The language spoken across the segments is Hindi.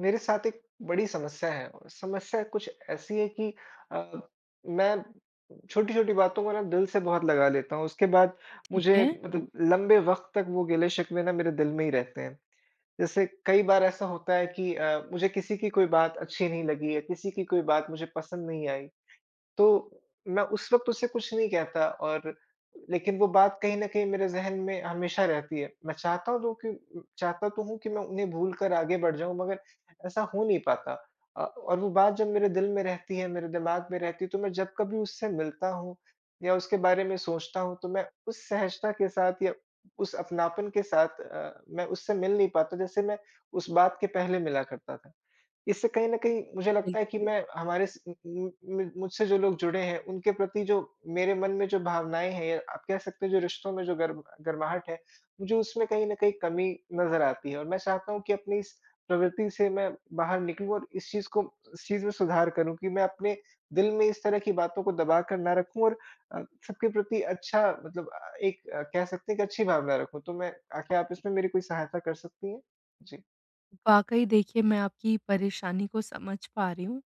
मेरे साथ एक बड़ी समस्या है और समस्या कुछ ऐसी है कि अ, मैं छोटी-छोटी बातों को ना दिल से बहुत लगा लेता हूँ। उसके बाद ठीक मुझे है, मतलब लंबे वक़्त तक वो गिले-शिकवे ना मेरे दिल में ही रहते हैं। जैसे कई बार ऐसा होता है कि मुझे किसी की कोई बात अच्छी नहीं लगी या किसी की कोई बात मुझे पसंद नहीं आई, तो मैं उस वक़्त उसे कुछ नहीं कहता, और लेकिन वो बात कहीं न कहीं मेरे ज़हन में हमेशा रहती है। मैं चाहता तो हूँ कि मैं उन्हें भूल कर आगे बढ़ जाऊँ, मगर ऐसा हो नहीं पाता। और वो बात जब मेरे दिल में रहती है, मेरे दिमाग में रहती है, तो मैं जब कभी उससे मिलता हूँ या उसके बारे में सोचता हूँ, तो मैं उस सहजता के साथ या उस अपनापन के साथ, मैं उससे मिल नहीं पाता जैसे मैं उस बात के पहले मिला करता था। इससे कहीं न कहीं मुझे लगता है बिल्कुल। कि मैं हमारे स उम उम, मु मुझसे जो लोग जुड़े हैं, उनके प्रति जो मेरे मन में जो भावनाएँ हैं, या आप कह सकते हो जो रिश्तों में जो गर्माहट है, मुझे उसमें कहीं न कहीं कमी नज़र आती है, और मैं चाहता हूँ कि अपनी इस प्रवृत्ति से मैं बाहर निकलूँ और इस चीज़ को, इस चीज़ में सुधार करूँ कि मैं अपने दिल में इस तरह की बातों को दबा कर ना रखूँ, और सबके प्रति अच्छा, मतलब एक कह सकते हैं कि अच्छी भावना रखूँ। तो मैं आख़िर, आप इसमें मेरी कोई सहायता कर सकती हैं? जी। वाक़ई देखिए मैं आपकी परेशानी को समझ पा रही हूँ।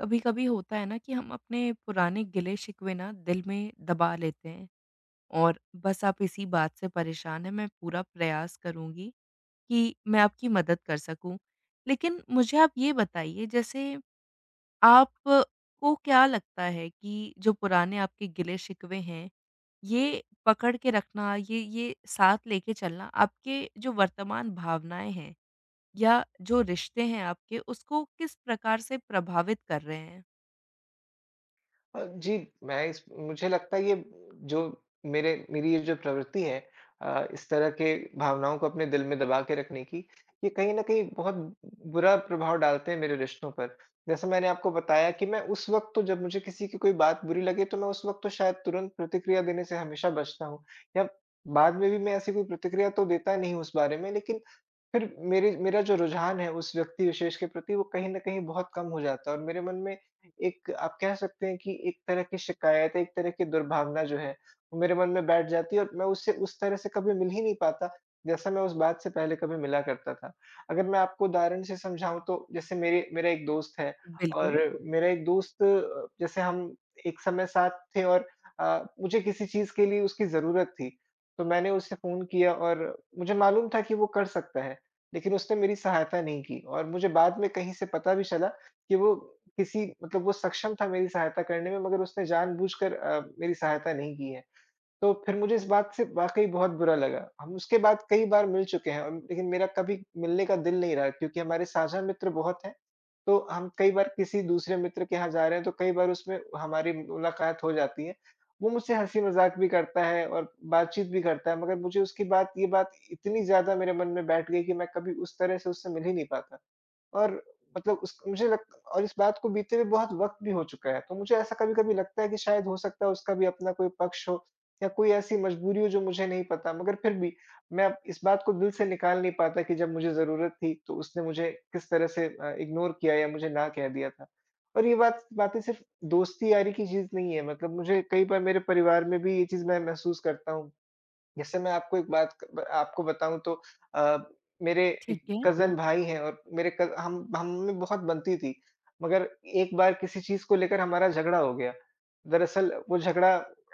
कभी-कभी होता है ना कि हम अपने पुराने गिले-शिकवे ना दिल में दबा लेते हैं और बस आप इसी बात से परेशान हैं। मैं पूरा प्रयास करूँगी कि मैं आपकी मदद कर सकूँ। लेकिन मुझे आप ये बताइए, जैसे आपको क्या लगता है कि जो पुराने आपके गिले-शिकवे हैं, ये पकड़ के रखना, ये साथ लेके चलना आपके जो वर्तमान भावनाएँ हैं या जो रिश्ते हैं आपके, उसको किस प्रकार से प्रभावित कर रहे हैं? जी, मैं इस मुझे लगता है ये जो मेरे मेरी ये जो प्रवृत्ति है, इस तरह के भावनाओं को अपने दिल में दबा के रखने की, ये कहीं न कहीं बहुत बुरा प्रभाव डालते हैं मेरे रिश्तों पर। जैसे मैंने आपको बताया कि मैं उस वक़्त तो, जब मुझे किसी की कोई बात बुरी लगे, तो मैं उस वक़्त तो शायद तुरंत प्रतिक्रिया देने से हमेशा बचता हूँ, या बाद में भी मैं ऐसी कोई प्रतिक्रिया तो देता नहीं हूँ उस बारे में, लेकिन फिर मेरे मेरा जो रुझान है उस व्यक्ति विशेष के प्रति, वो कहीं न कहीं बहुत कम हो जाता है, और मेरे मन में एक, आप कह सकते हैं कि एक तरह की शिकायत, है, एक तरह की दुर्भावना जो है, वो मेरे मन में बैठ जाती है, और मैं उससे उस तरह से कभी मिल ही नहीं पाता, जैसा मैं उस बात से पहले कभी मिला करता था। अगर मैं आपको उदाहरण से समझाऊँ, तो जैसे मेरे मेरा एक दोस्त है। बिल्कुल, और मेरा एक दोस्त अ, जैसे हम एक समय साथ थे, और मुझे किसी चीज़ के लिए उसकी ज़रूरत थी, तो मैंने उसे फ़ोन किया, और मुझे मालूम था कि वो कर सकता है, लेकिन उसने मेरी सहायता नहीं की। और मुझे बाद में कहीं से पता भी चला कि वो किसी, मतलब वो सक्षम था मेरी सहायता करने में, मगर उसने जानबूझकर, मेरी सहायता नहीं की है। तो फिर मुझे इस बात से वाक़ई बहुत बुरा लगा। हम उसके बाद कई बार मिल चुके हैं, और लेकिन मेरा कभी मिलने का दिल नहीं रहा, क्योंकि हमारे साझा मित्र बहुत हैं। तो हम कई बार किसी दूसरे मित्र के यहाँ जा रहे हैं, तो कई बार उसमें हमारी मुलाकात हो जाती है। वो मुझसे हँसी-मज़ाक भी करता है और बातचीत भी करता है, मगर मुझे उसकी बात, ये बात इतनी ज़्यादा मेरे मन में बैठ गई कि मैं कभी उस तरह से उससे मिल ही नहीं पाता। और मतलब उस मुझे लग और इस बात को बीते हुए बहुत वक़्त भी हो चुका है। तो मुझे ऐसा कभी-कभी लगता है कि शायद हो सकता है उसका भी अपना कोई पक्ष हो, या कोई ऐसी मजबूरी हो जो मुझे नहीं पता। मगर फिर भी मैं अब इस बात को दिल से निकाल नहीं पाता कि जब मुझे ज़रूरत थी, तो उसने मुझे किस तरह से, इग्नोर किया या मुझे ना कह दिया था। और ये बात, बातें सिर्फ़ दोस्ती यारी की चीज़ नहीं है, मतलब मुझे कई बार मेरे परिवार में भी ये चीज़ मैं महसूस करता हूँ। जैसे मैं आपको एक बात, क आपको बताऊँ तो अ, मेरे एक ठीक है। कज़न भाई हैं, और मेरे क हम में बहुत बनती थी। मगर एक बार किसी चीज़ को लेकर हमारा झगड़ा हो गया। दरअसल वो झगड़ा,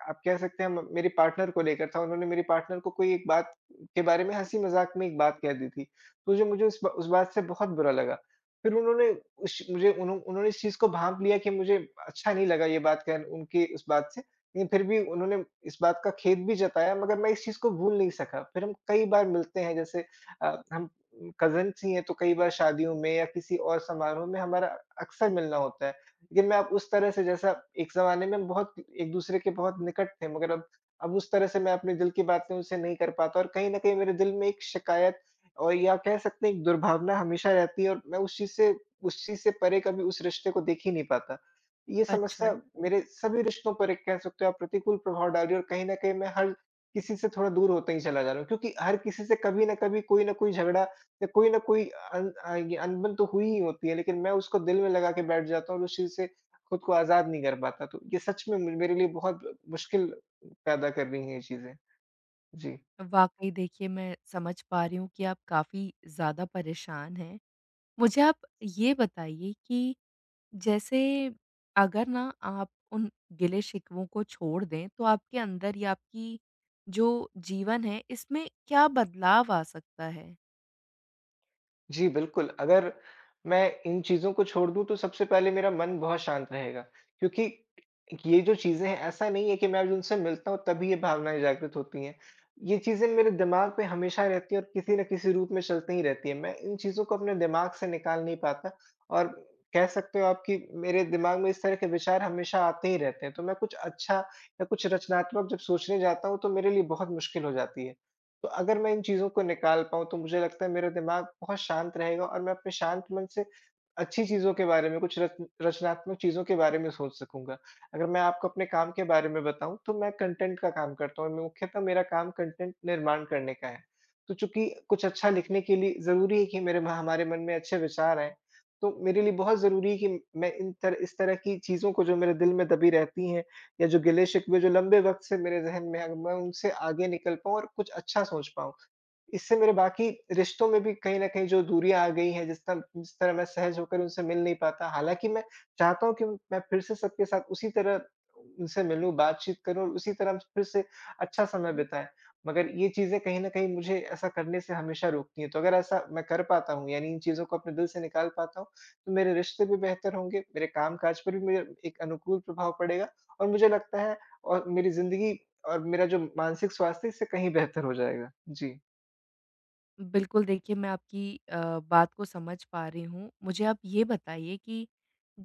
आप कह सकते हैं, म मेरी पार्टनर को लेकर था। उन्होंने मेरी पार्टनर को कोई एक बात के बारे में हँसी-मज़ाक में एक बात कह दी थी। तो जो मुझे उस बात से बहुत बुरा लगा। फिर उन्होंने उस मुझे उन्हो उन्होंने इस चीज़ को भाँप लिया कि मुझे अच्छा नहीं लगा ये बात, कहन उनकी उस बात से। लेकिन फिर भी उन्होंने इस बात का खेद भी जताया, मगर मैं इस चीज़ को भूल नहीं सका। फिर हम कई बार मिलते हैं, जैसे हम कज़िन्स ही हैं, तो कई बार शादियों में या किसी और समारोह में हमारा अक्सर मिलना होता है। लेकिन मैं अब उस तरह से, जैसा एक ज़माने में हम बहुत एक-दूसरे के बहुत निकट थे, मगर अब उस तरह से मैं अपने दिल की बातें उनसे नहीं कर पाता, और कहीं न कहीं मेरे दिल में एक शिकायत, और या कह सकते हैं एक दुर्भावना, हमेशा रहती है, और मैं उस चीज़ से परे कभी उस रिश्ते को देख ही नहीं पाता। ये समस्या अच्छा। मेरे सभी रिश्तों पर एक, कह सकते हो आप, प्रतिकूल प्रभाव डाल रही है, और कहीं न कहीं मैं हर किसी से थोड़ा दूर होते ही चला जा रहा हूँ, क्योंकि हर किसी से कभी न कभी कोई न कोई झगड़ा या कोई न कोई, ये अनबन तो हुई ही होती है, लेकिन मैं उसको दिल में लगा के बैठ जाता हूँ और उस चीज़ से खुद को आज़ाद नहीं कर पाता। तो ये सच में म मेरे लिए बहुत मुश्किल पैदा कर रही हैं ये चीज़ें। जी। वाक़ई देखिए मैं समझ पा रही हूँ कि आप काफ़ी ज़्यादा परेशान हैं। मुझे आप ये बताइए कि जैसे अगर ना आप उन गिले-शिकवों को छोड़ दें, तो आपके अंदर या आपकी जो जीवन है, इसमें क्या बदलाव आ सकता है? जी, बिल्कुल। अगर मैं इन चीज़ों को छोड़ दूँ, तो सबसे पहले मेरा मन बहुत शांत रहेगा, क्योंकि ये जो चीज़ें हैं, ऐसा नहीं है कि मैं आज उनसे मिलता हूँ तभी ये भावनाएँ जागृत होती हैं। ये चीज़ें मेरे दिमाग पे हमेशा रहती हैं और किसी न किसी रूप में चलती ही रहती हैं। मैं इन चीज़ों को अपने दिमाग से निकाल नहीं पाता, और कह सकते हो आप कि मेरे दिमाग में इस तरह के विचार हमेशा आते ही रहते हैं। तो मैं कुछ अच्छा या कुछ रचनात्मक जब सोचने जाता हूँ, तो मेरे लिए बहुत मुश्किल हो जाती है। तो अगर मैं इन चीज़ों को निकाल पाऊँ, तो मुझे लगता है मेरा दिमाग बहुत शांत रहेगा, और मैं अपने शांत मन से अच्छी चीज़ों के बारे में, कुछ रत्न रचनात्मक चीज़ों के बारे में सोच सकूँगा। अगर मैं आपको अपने काम के बारे में बताऊँ, तो मैं कंटेंट का काम करता हूँ, और मुख्यतः मेरा काम कंटेंट निर्माण करने का है। तो चूँकि कुछ अच्छा लिखने के लिए ज़रूरी है कि मेरे म हमारे मन में अच्छे विचार आएँ, तो मेरे लिए बहुत ज़रूरी है कि मैं इन, तर इस तरह की चीज़ों को, जो मेरे दिल में दबी रहती हैं या जो गिले-शिकवे जो लंबे वक़्त से मेरे ज़हन में है, मैं उनसे आगे निकल पाऊँ और कुछ अच्छा सोच पाऊँ। इससे मेरे बाकी रिश्तों में भी, कहीं न कहीं जो दूरियाँ आ गई हैं, जिस तरह मैं सहज होकर उनसे मिल नहीं पाता। हालाँकि मैं चाहता हूँ कि मैं फिर से सबके साथ उसी तरह उनसे मिलूँ, बातचीत करूँ और उसी तरह हम फिर से अच्छा समय बिताएँ। मगर ये चीज़ें कहीं न कहीं मुझे ऐसा करने से हमेशा रोकती हैं। तो अगर ऐसा मैं कर पाता हूँ, यानी इन चीज़ों को अपने दिल से निकाल पाता हूँ, तो मेरे रिश्ते भी बेहतर होंगे, मेरे काम-काज पर भी मेरे एक अनुकूल प्रभाव पड़ेगा, और मुझे लगता है और मेरी ज़िंदगी और मेरा जो मानसिक स्वास्थ्य है, इससे कहीं बेहतर हो जाएगा। जी। बिल्कुल, देखिए मैं आपकी बात को समझ पा रही हूँ। मुझे आप ये बताइए कि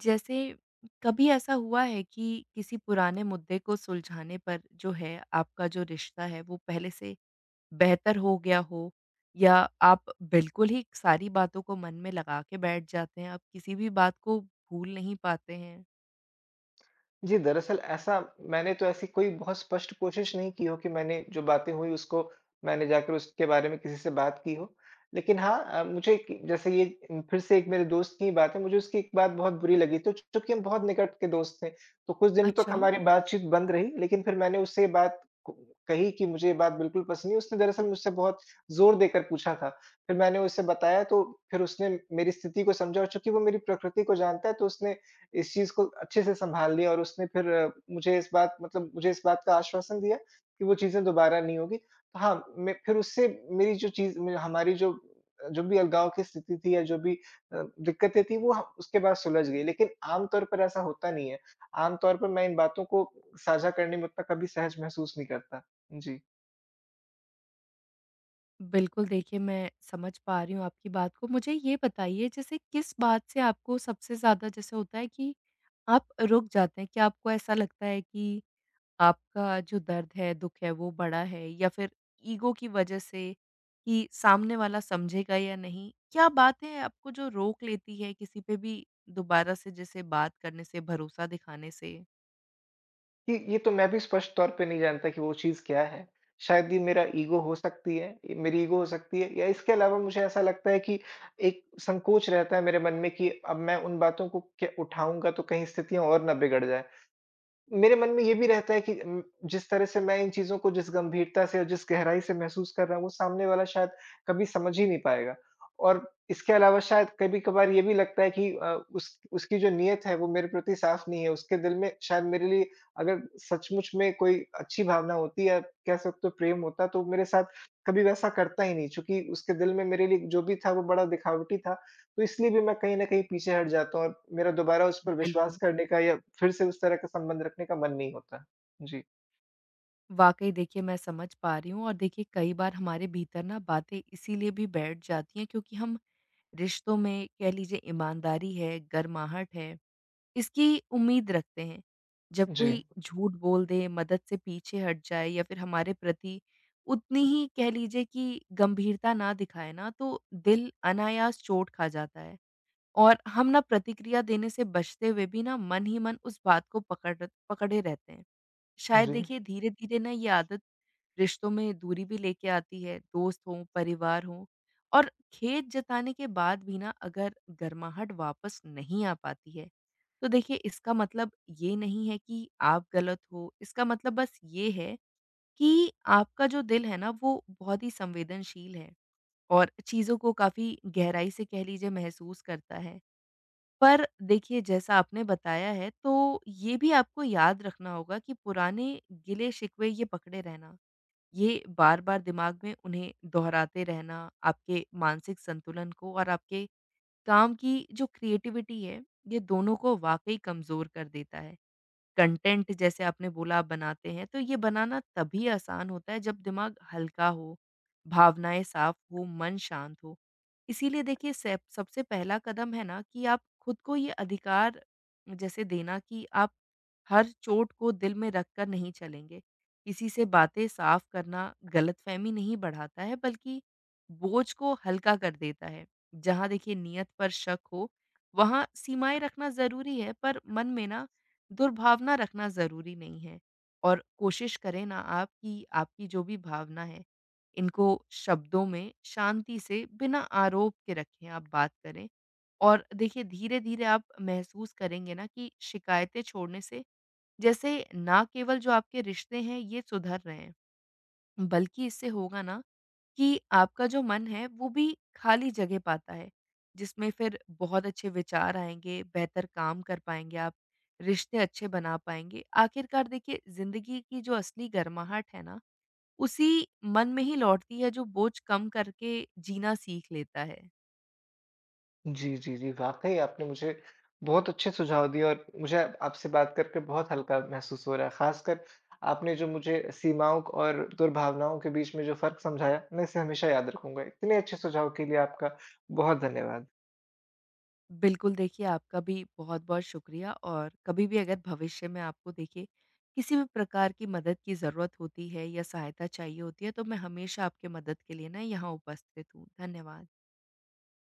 जैसे कभी ऐसा हुआ है कि किसी पुराने मुद्दे को सुलझाने पर जो है आपका जो रिश्ता है वो पहले से बेहतर हो गया हो? या आप बिल्कुल ही सारी बातों को मन में लगा के बैठ जाते हैं, आप किसी भी बात को भूल नहीं पाते हैं? जी, दरअसल ऐसा, मैंने तो ऐसी कोई बहुत स्पष्ट कोशिश नहीं की हो कि मैंने जो बातें हुई उसको, मैंने जाकर उसके बारे में किसी से बात की हो। लेकिन हाँ, मुझे कि जैसे ये, फिर से एक मेरे दोस्त की बात है, मुझे उसकी एक बात बहुत बुरी लगी, तो चूँकि हम बहुत निकट के दोस्त थे, तो कुछ दिनों तक अच्छा। हमारी बातचीत बंद रही, लेकिन फिर मैंने उससे ये बात क कही कि मुझे ये बात बिल्कुल पसंद नहीं। उसने दरअसल मुझसे बहुत ज़ोर देकर पूछा था। फिर मैंने उसे बताया, तो फिर उसने मेरी स्थिति को समझा, और चूँकि वो मेरी प्रकृति को जानता है, तो उसने इस चीज़ को अच्छे से सँभाल लिया, और उसने फिर मुझे इस बात, मतलब मुझे इस बात का आश्वासन दिया कि वो चीज़ें दोबारा नहीं होगी। तो हाँ, मैं फिर उससे, मेरी जो चीज़ में, हमारी जो जो भी अलगाव की स्थिति थी, या जो भी दिक्कतें थी, वो ह उसके बाद सुलझ गई। लेकिन आमतौर पर ऐसा होता नहीं है। आमतौर पर मैं इन बातों को साझा करने में उतना कभी सहज महसूस नहीं करता। जी। बिल्कुल, देखिए मैं समझ पा रही हूँ आपकी बात को। मुझे ये बताइए, जैसे किस बात से आपको सबसे ज़्यादा जैसे होता है कि आप रुक जाते हैं? क्या आपको ऐसा लगता है कि आपका जो दर्द है, दुःख है वो बड़ा है या फिर ईगो की वज़ह से कि सामने वाला समझेगा या नहीं? क्या बात है आपको जो रोक लेती है किसी पे भी दोबारा से जैसे बात करने से, भरोसा दिखाने से? ये तो मैं भी स्पष्ट तौर पे नहीं जानता कि वो चीज़ क्या है। शायद ये मेरा ईगो हो सकती है, ये मेरी ईगो हो सकती है, या इसके अलावा मुझे ऐसा लगता है कि एक संकोच रहता है मेरे मन में कि अब मैं उन बातों को क्या उठाऊँगा, तो कहीं स्थितियाँ और ना बिगड़ जाएँ। मेरे मन में ये भी रहता है कि, जिस तरह से मैं इन चीज़ों को, जिस गंभीरता से और जिस गहराई से महसूस कर रहा हूँ, वो सामने वाला शायद कभी समझ ही नहीं पाएगा। और इसके अलावा शायद कभी-कभार ये भी लगता है कि अ, उस उसकी जो नीयत है वो मेरे प्रति साफ़ नहीं है। उसके दिल में शायद मेरे लिए अगर सचमुच में कोई अच्छी भावना होती है, कह सकते हो प्रेम होता, तो वो मेरे साथ कभी वैसा करता ही नहीं। चूँकि उसके दिल में मेरे लिए जो भी था वो बड़ा दिखावटी था, तो इसलिए भी मैं कहीं न कहीं पीछे हट जाता हूँ, और मेरा दोबारा उस पर विश्वास बिल्कुल। करने का या फिर से उस तरह का संबंध रखने का मन नहीं होता। जी। वाक़ई देखिए मैं समझ पा रही हूँ और देखिए कई बार हमारे भीतर ना बातें इसीलिए भी बैठ जाती हैं क्योंकि हम रिश्तों में, कह लीजिए, ईमानदारी है, गर्माहट है, इसकी उम्मीद रखते हैं। जब जी। कोई झूठ बोल दे, मदद से पीछे हट जाए या फिर हमारे प्रति उतनी ही, कह लीजिए, कि गंभीरता ना दिखाए ना, तो दिल अनायास चोट खा जाता है और हम ना प्रतिक्रिया देने से बचते हुए भी ना मन ही मन उस बात को पकड़े रहते हैं। शायद बिल्कुल। जी। देखिए धीरे-धीरे ना ये आदत रिश्तों में दूरी भी लेके आती है, दोस्त हों, परिवार हो, और खेद जताने के बाद भी ना अगर गर्माहट वापस नहीं आ पाती है, तो देखिए इसका मतलब ये नहीं है कि आप गलत हो, इसका मतलब बस ये है कि आपका जो दिल है ना वो बहुत ही संवेदनशील है और चीज़ों को काफ़ी गहराई से, कह लीजिए, महसूस करता है। पर देखिए जैसा आपने बताया है, तो ये भी आपको याद रखना होगा कि पुराने गिले-शिकवे ये पकड़े रहना, ये बार-बार दिमाग में उन्हें दोहराते रहना, आपके मानसिक संतुलन को और आपके काम की जो क्रिएटिविटी है, ये दोनों को वाक़ई कमज़ोर कर देता है। कंटेंट जैसे आपने बोला आप बनाते हैं, तो ये बनाना तभी आसान होता है जब दिमाग हल्का हो, भावनाएँ साफ हो, मन शांत हो। इसीलिए देखिए सेप सबसे पहला कदम है ना कि आप खुद को ये अधिकार जैसे देना कि आप हर चोट को दिल में रख कर नहीं चलेंगे। किसी से बातें साफ करना गलतफ़हमी नहीं बढ़ाता है बल्कि बोझ को हल्का कर देता है। जहाँ देखिए नियत पर शक हो, वहाँ सीमाएँ रखना ज़रूरी है पर मन में ना दुर्भावना रखना ज़रूरी नहीं है और कोशिश करें ना आप कि आपकी जो भी भावना है, इनको शब्दों में शांति से बिना आरोप के रखें, आप बात करें। और देखिए धीरे-धीरे आप महसूस करेंगे ना कि शिकायतें छोड़ने से जैसे ना केवल जो आपके रिश्ते हैं ये सुधर रहे हैं, बल्कि इससे होगा ना कि आपका जो मन है, वो भी खाली जगह पाता है, जिसमें फिर बहुत अच्छे विचार आएँगे, बेहतर काम कर पाएँगे आप, रिश्ते अच्छे बना पाएँगे। आखिरकार देखिए, ज़िंदगी की जो असली गर्माहट है ना, उसी मन में ही लौटती है, जो बोझ कम करके जीना सीख लेता है। जी, जी, जी। वाक़ई आपने मुझे बहुत अच्छे सुझाव दिए, और मुझे आपसे बात करके बहुत हल्का महसूस हो रहा है। ख़ासकर आपने जो मुझे सीमाओं क और दुर्भावनाओं के बीच में जो फ़र्क समझाया, मैं इसे हमेशा याद रखूँगा। इतने अच्छे सुझाव के लिए आपका बहुत धन्यवाद। बिल्कुल, देखिए आपका भी बहुत-बहुत शुक्रिया और कभी भी अगर भविष्य में आपको, देखिए, किसी भी प्रकार की मदद की ज़रूरत होती है या सहायता चाहिए होती है, तो मैं हमेशा आपके मदद के लिए ना यहाँ उपस्थित हूँ। धन्यवाद।